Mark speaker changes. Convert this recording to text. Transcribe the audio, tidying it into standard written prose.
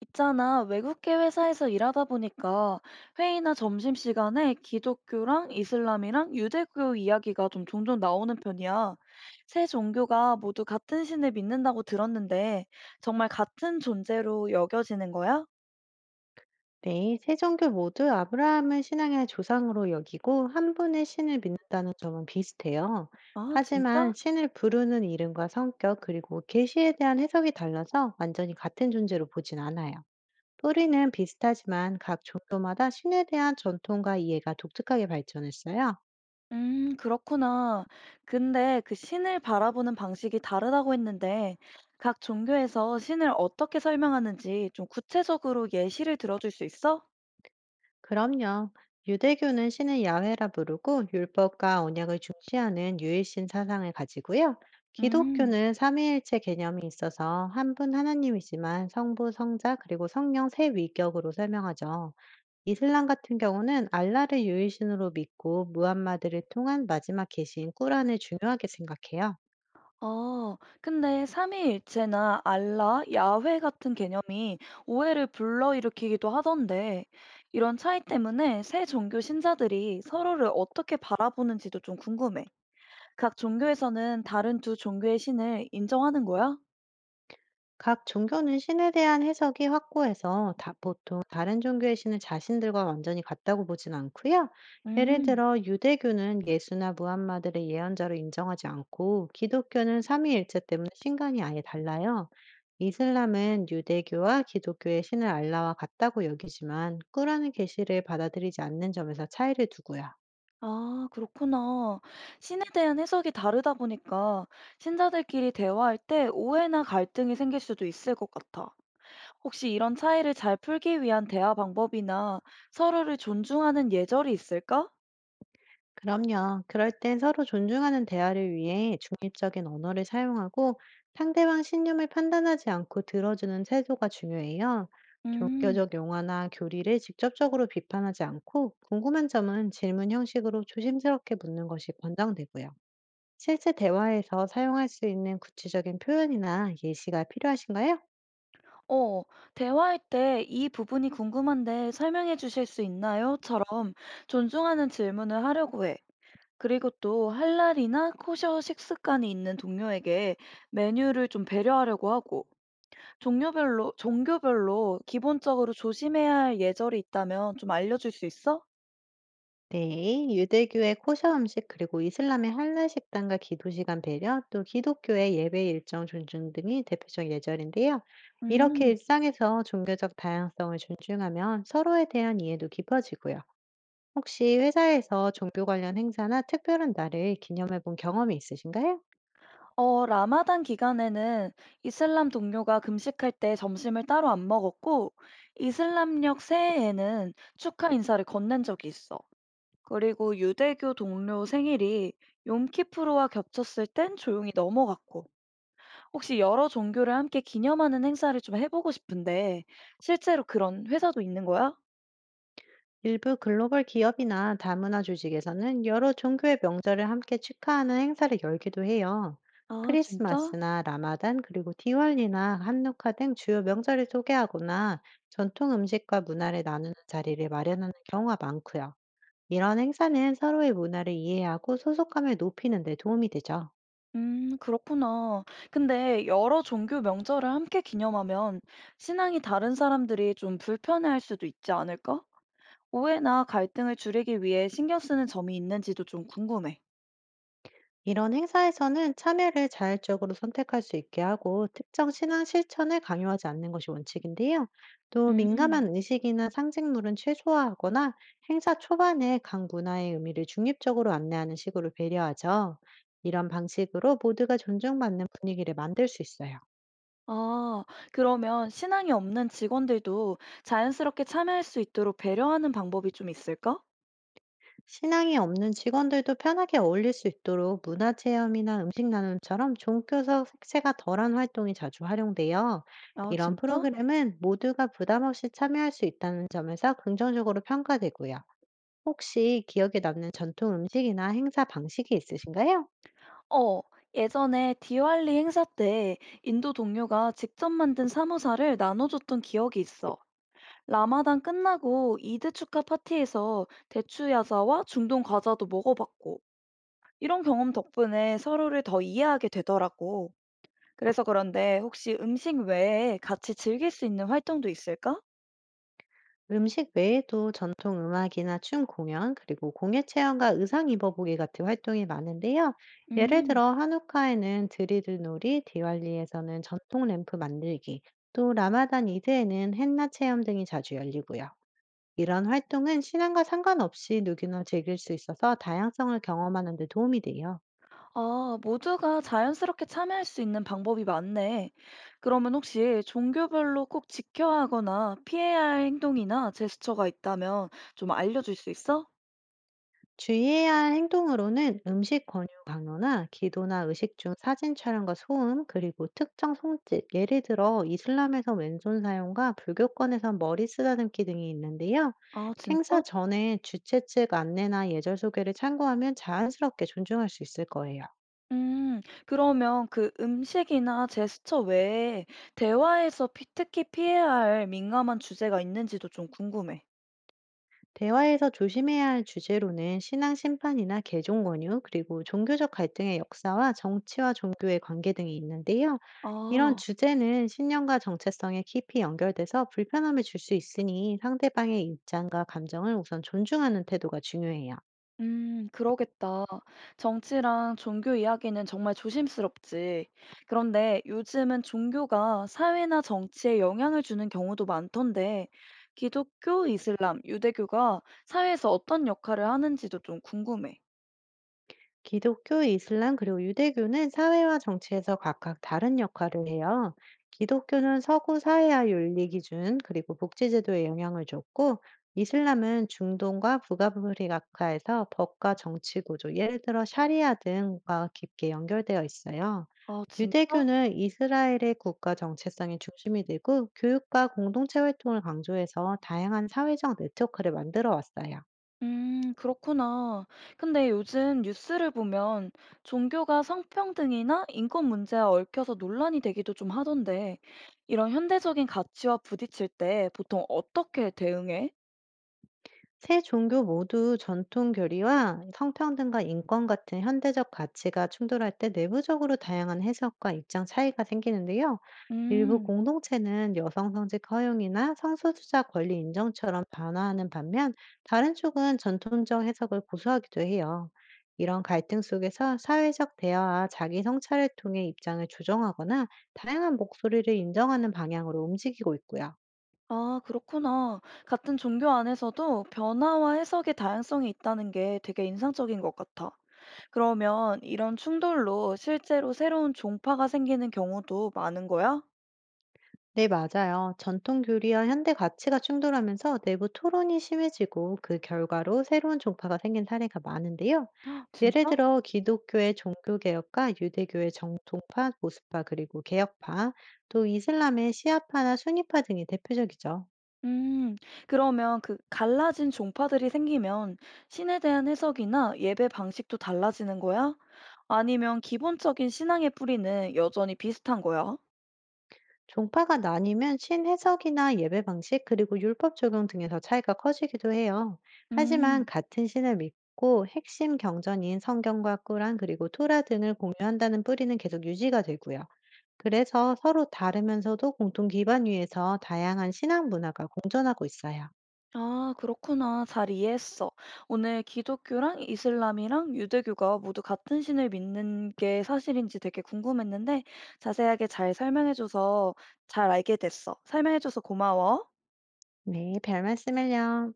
Speaker 1: 있잖아, 외국계 회사에서 일하다 보니까 회의나 점심시간에 기독교랑 이슬람이랑 유대교 이야기가 좀 종종 나오는 편이야. 세 종교가 모두 같은 신을 믿는다고 들었는데 정말 같은 존재로 여겨지는 거야?
Speaker 2: 네, 세 종교 모두 아브라함을 신앙의 조상으로 여기고 한 분의 신을 믿는다는 점은 비슷해요.
Speaker 1: 아,
Speaker 2: 하지만
Speaker 1: 진짜?
Speaker 2: 신을 부르는 이름과 성격 그리고 계시에 대한 해석이 달라서 완전히 같은 존재로 보진 않아요. 뿌리는 비슷하지만 각 종교마다 신에 대한 전통과 이해가 독특하게 발전했어요.
Speaker 1: 그렇구나. 근데 그 신을 바라보는 방식이 다르다고 했는데 각 종교에서 신을 어떻게 설명하는지 좀 구체적으로 예시를 들어줄 수 있어?
Speaker 2: 그럼요. 유대교는 신을 야훼라 부르고 율법과 언약을 중시하는 유일신 사상을 가지고요.
Speaker 1: 음.
Speaker 2: 기독교는 삼위일체 개념이 있어서 한 분 하나님이지만 성부, 성자, 그리고 성령 세 위격으로 설명하죠. 이슬람 같은 경우는 알라를 유일신으로 믿고 무함마드를 통한 마지막 계시인 꾸란을 중요하게 생각해요.
Speaker 1: 아, 근데 삼위일체나 알라, 야훼 같은 개념이 오해를 불러일으키기도 하던데, 이런 차이 때문에 새 종교 신자들이 서로를 어떻게 바라보는지도 좀 궁금해. 각 종교에서는 다른 두 종교의 신을 인정하는 거야?
Speaker 2: 각 종교는 신에 대한 해석이 확고해서 보통 다른 종교의 신은 자신들과 완전히 같다고 보진 않고요. 예를
Speaker 1: 음,
Speaker 2: 들어 유대교는 예수나 무함마드를 예언자로 인정하지 않고 기독교는 삼위일체 때문에 신간이 아예 달라요. 이슬람은 유대교와 기독교의 신을 알라와 같다고 여기지만 꾸라는 계시를 받아들이지 않는 점에서 차이를 두고요.
Speaker 1: 아, 그렇구나. 신에 대한 해석이 다르다 보니까 신자들끼리 대화할 때 오해나 갈등이 생길 수도 있을 것 같아. 혹시 이런 차이를 잘 풀기 위한 대화 방법이나 서로를 존중하는 예절이 있을까?
Speaker 2: 그럼요. 그럴 땐 서로 존중하는 대화를 위해 중립적인 언어를 사용하고 상대방 신념을 판단하지 않고 들어주는 태도가 중요해요.
Speaker 1: 음,
Speaker 2: 종교적 용어나 교리를 직접적으로 비판하지 않고 궁금한 점은 질문 형식으로 조심스럽게 묻는 것이 권장되고요. 실제 대화에서 사용할 수 있는 구체적인 표현이나 예시가 필요하신가요?
Speaker 1: 어, 대화할 때 이 부분이 궁금한데 설명해 주실 수 있나요? 처럼 존중하는 질문을 하려고 해. 그리고 또 할랄이나 코셔 식습관이 있는 동료에게 메뉴를 좀 배려하려고 하고 종류별로, 종교별로 기본적으로 조심해야 할 예절이 있다면 좀 알려줄 수 있어?
Speaker 2: 네, 유대교의 코셔 음식 그리고 이슬람의 할랄 식단과 기도 시간 배려, 또 기독교의 예배 일정 존중 등이 대표적 예절인데요. 이렇게
Speaker 1: 음.
Speaker 2: 일상에서 종교적 다양성을 존중하면 서로에 대한 이해도 깊어지고요. 혹시 회사에서 종교 관련 행사나 특별한 날을 기념해 본 경험이 있으신가요?
Speaker 1: 라마단 기간에는 이슬람 동료가 금식할 때 점심을 따로 안 먹었고, 이슬람력 새해에는 축하 인사를 건넨 적이 있어. 그리고 유대교 동료 생일이 욤키프로와 겹쳤을 땐 조용히 넘어갔고, 혹시 여러 종교를 함께 기념하는 행사를 좀 해보고 싶은데, 실제로 그런 회사도 있는 거야?
Speaker 2: 일부 글로벌 기업이나 다문화 조직에서는 여러 종교의 명절을 함께 축하하는 행사를 열기도 해요.
Speaker 1: 아, 진짜?
Speaker 2: 크리스마스나 라마단, 그리고 디월리나 한누카 등 주요 명절을 소개하거나 전통 음식과 문화를 나누는 자리를 마련하는 경우가 많고요. 이런 행사는 서로의 문화를 이해하고 소속감을 높이는 데 도움이 되죠.
Speaker 1: 그렇구나. 근데 여러 종교 명절을 함께 기념하면 신앙이 다른 사람들이 좀 불편해할 수도 있지 않을까? 오해나 갈등을 줄이기 위해 신경 쓰는 점이 있는지도 좀 궁금해.
Speaker 2: 이런 행사에서는 참여를 자율적으로 선택할 수 있게 하고 특정 신앙 실천을 강요하지 않는 것이 원칙인데요. 또
Speaker 1: 음.
Speaker 2: 민감한 의식이나 상징물은 최소화하거나 행사 초반에 각 문화의 의미를 중립적으로 안내하는 식으로 배려하죠. 이런 방식으로 모두가 존중받는 분위기를 만들 수 있어요.
Speaker 1: 아, 그러면 신앙이 없는 직원들도 자연스럽게 참여할 수 있도록 배려하는 방법이 좀 있을까?
Speaker 2: 신앙이 없는 직원들도 편하게 어울릴 수 있도록 문화 체험이나 음식 나눔처럼 종교적 색채가 덜한 활동이 자주 활용돼요.
Speaker 1: 아,
Speaker 2: 이런
Speaker 1: 진짜?
Speaker 2: 프로그램은 모두가 부담 없이 참여할 수 있다는 점에서 긍정적으로 평가되고요. 혹시 기억에 남는 전통 음식이나 행사 방식이 있으신가요?
Speaker 1: 어, 예전에 디왈리 행사 때 인도 동료가 직접 만든 사모사를 나눠줬던 기억이 있어. 라마단 끝나고 이드 축하 파티에서 대추 야자와 중동 과자도 먹어봤고, 이런 경험 덕분에 서로를 더 이해하게 되더라고. 그래서 그런데 혹시 음식 외에 같이 즐길 수 있는 활동도 있을까?
Speaker 2: 음식 외에도 전통 음악이나 춤 공연, 그리고 공예 체험과 의상 입어보기 같은 활동이 많은데요. 예를
Speaker 1: 음,
Speaker 2: 들어 한우카에는 드리들 놀이, 디왈리에서는 전통 램프 만들기, 또 라마단 이드에는 헨나 체험 등이 자주 열리고요. 이런 활동은 신앙과 상관없이 누구나 즐길 수 있어서 다양성을 경험하는 데 도움이 돼요.
Speaker 1: 아, 모두가 자연스럽게 참여할 수 있는 방법이 많네. 그러면 혹시 종교별로 꼭 지켜야 하거나 피해야 할 행동이나 제스처가 있다면 좀 알려줄 수 있어?
Speaker 2: 주의해야 할 행동으로는 음식 권유 강요나 기도나 의식 중 사진 촬영과 소음, 그리고 특정 손짓, 예를 들어 이슬람에서 왼손 사용과 불교권에서 머리 쓰다듬기 등이 있는데요.
Speaker 1: 아,
Speaker 2: 행사
Speaker 1: 진짜?
Speaker 2: 전에 주최 측 안내나 예절 소개를 참고하면 자연스럽게 존중할 수 있을 거예요.
Speaker 1: 음. 그러면 그 음식이나 제스처 외에 대화에서 피 특히 피해야 할 민감한 주제가 있는지도 좀 궁금해.
Speaker 2: 대화에서 조심해야 할 주제로는 신앙 심판이나 개종 권유, 그리고 종교적 갈등의 역사와 정치와 종교의 관계 등이 있는데요. 이런
Speaker 1: 아.
Speaker 2: 주제는 신념과 정체성에 깊이 연결돼서 불편함을 줄 수 있으니 상대방의 입장과 감정을 우선 존중하는 태도가 중요해요.
Speaker 1: 그러겠다. 정치랑 종교 이야기는 정말 조심스럽지. 그런데 요즘은 종교가 사회나 정치에 영향을 주는 경우도 많던데 기독교, 이슬람, 유대교가 사회에서 어떤 역할을 하는지도 좀 궁금해.
Speaker 2: 기독교, 이슬람, 그리고 유대교는 사회와 정치에서 각각 다른 역할을 해요. 기독교는 서구 사회와 윤리 기준, 그리고 복지제도에 영향을 줬고, 이슬람은 중동과 북아프리카에서 법과 정치 구조, 예를 들어 샤리아 등과 깊게 연결되어 있어요.
Speaker 1: 아 진짜?
Speaker 2: 유대교는 이스라엘의 국가 정체성이 중심이 되고, 교육과 공동체 활동을 강조해서 다양한 사회적 네트워크를 만들어 왔어요.
Speaker 1: 그렇구나. 근데 요즘 뉴스를 보면 종교가 성평등이나 인권 문제와 얽혀서 논란이 되기도 좀 하던데, 이런 현대적인 가치와 부딪힐 때 보통 어떻게 대응해?
Speaker 2: 세 종교 모두 전통 교리와 성평등과 인권 같은 현대적 가치가 충돌할 때 내부적으로 다양한 해석과 입장 차이가 생기는데요. 일부
Speaker 1: 음,
Speaker 2: 공동체는 여성 성직 허용이나 성소수자 권리 인정처럼 반화하는 반면 다른 쪽은 전통적 해석을 고수하기도 해요. 이런 갈등 속에서 사회적 대화와 자기 성찰을 통해 입장을 조정하거나 다양한 목소리를 인정하는 방향으로 움직이고 있고요.
Speaker 1: 아, 그렇구나. 같은 종교 안에서도 변화와 해석의 다양성이 있다는 게 되게 인상적인 것 같아. 그러면 이런 충돌로 실제로 새로운 종파가 생기는 경우도 많은 거야?
Speaker 2: 네, 맞아요. 전통 교리와 현대 가치가 충돌하면서 내부 토론이 심해지고 그 결과로 새로운 종파가 생긴 사례가 많은데요. 예를
Speaker 1: 진짜?
Speaker 2: 들어 기독교의 종교개혁과 유대교의 정통파, 보수파, 그리고 개혁파, 또 이슬람의 시아파나 수니파 등이 대표적이죠.
Speaker 1: 음, 그러면 그 갈라진 종파들이 생기면 신에 대한 해석이나 예배 방식도 달라지는 거야? 아니면 기본적인 신앙의 뿌리는 여전히 비슷한 거야?
Speaker 2: 종파가 나뉘면 신해석이나 예배 방식 그리고 율법 적용 등에서 차이가 커지기도 해요. 하지만
Speaker 1: 음,
Speaker 2: 같은 신을 믿고 핵심 경전인 성경과 꾸란 그리고 토라 등을 공유한다는 뿌리는 계속 유지가 되고요. 그래서 서로 다르면서도 공통 기반 위에서 다양한 신앙 문화가 공존하고 있어요.
Speaker 1: 아, 그렇구나. 잘 이해했어. 오늘 기독교랑 이슬람이랑 유대교가 모두 같은 신을 믿는 게 사실인지 되게 궁금했는데 자세하게 잘 설명해줘서 잘 알게 됐어. 설명해줘서 고마워.
Speaker 2: 네, 별 말씀을요.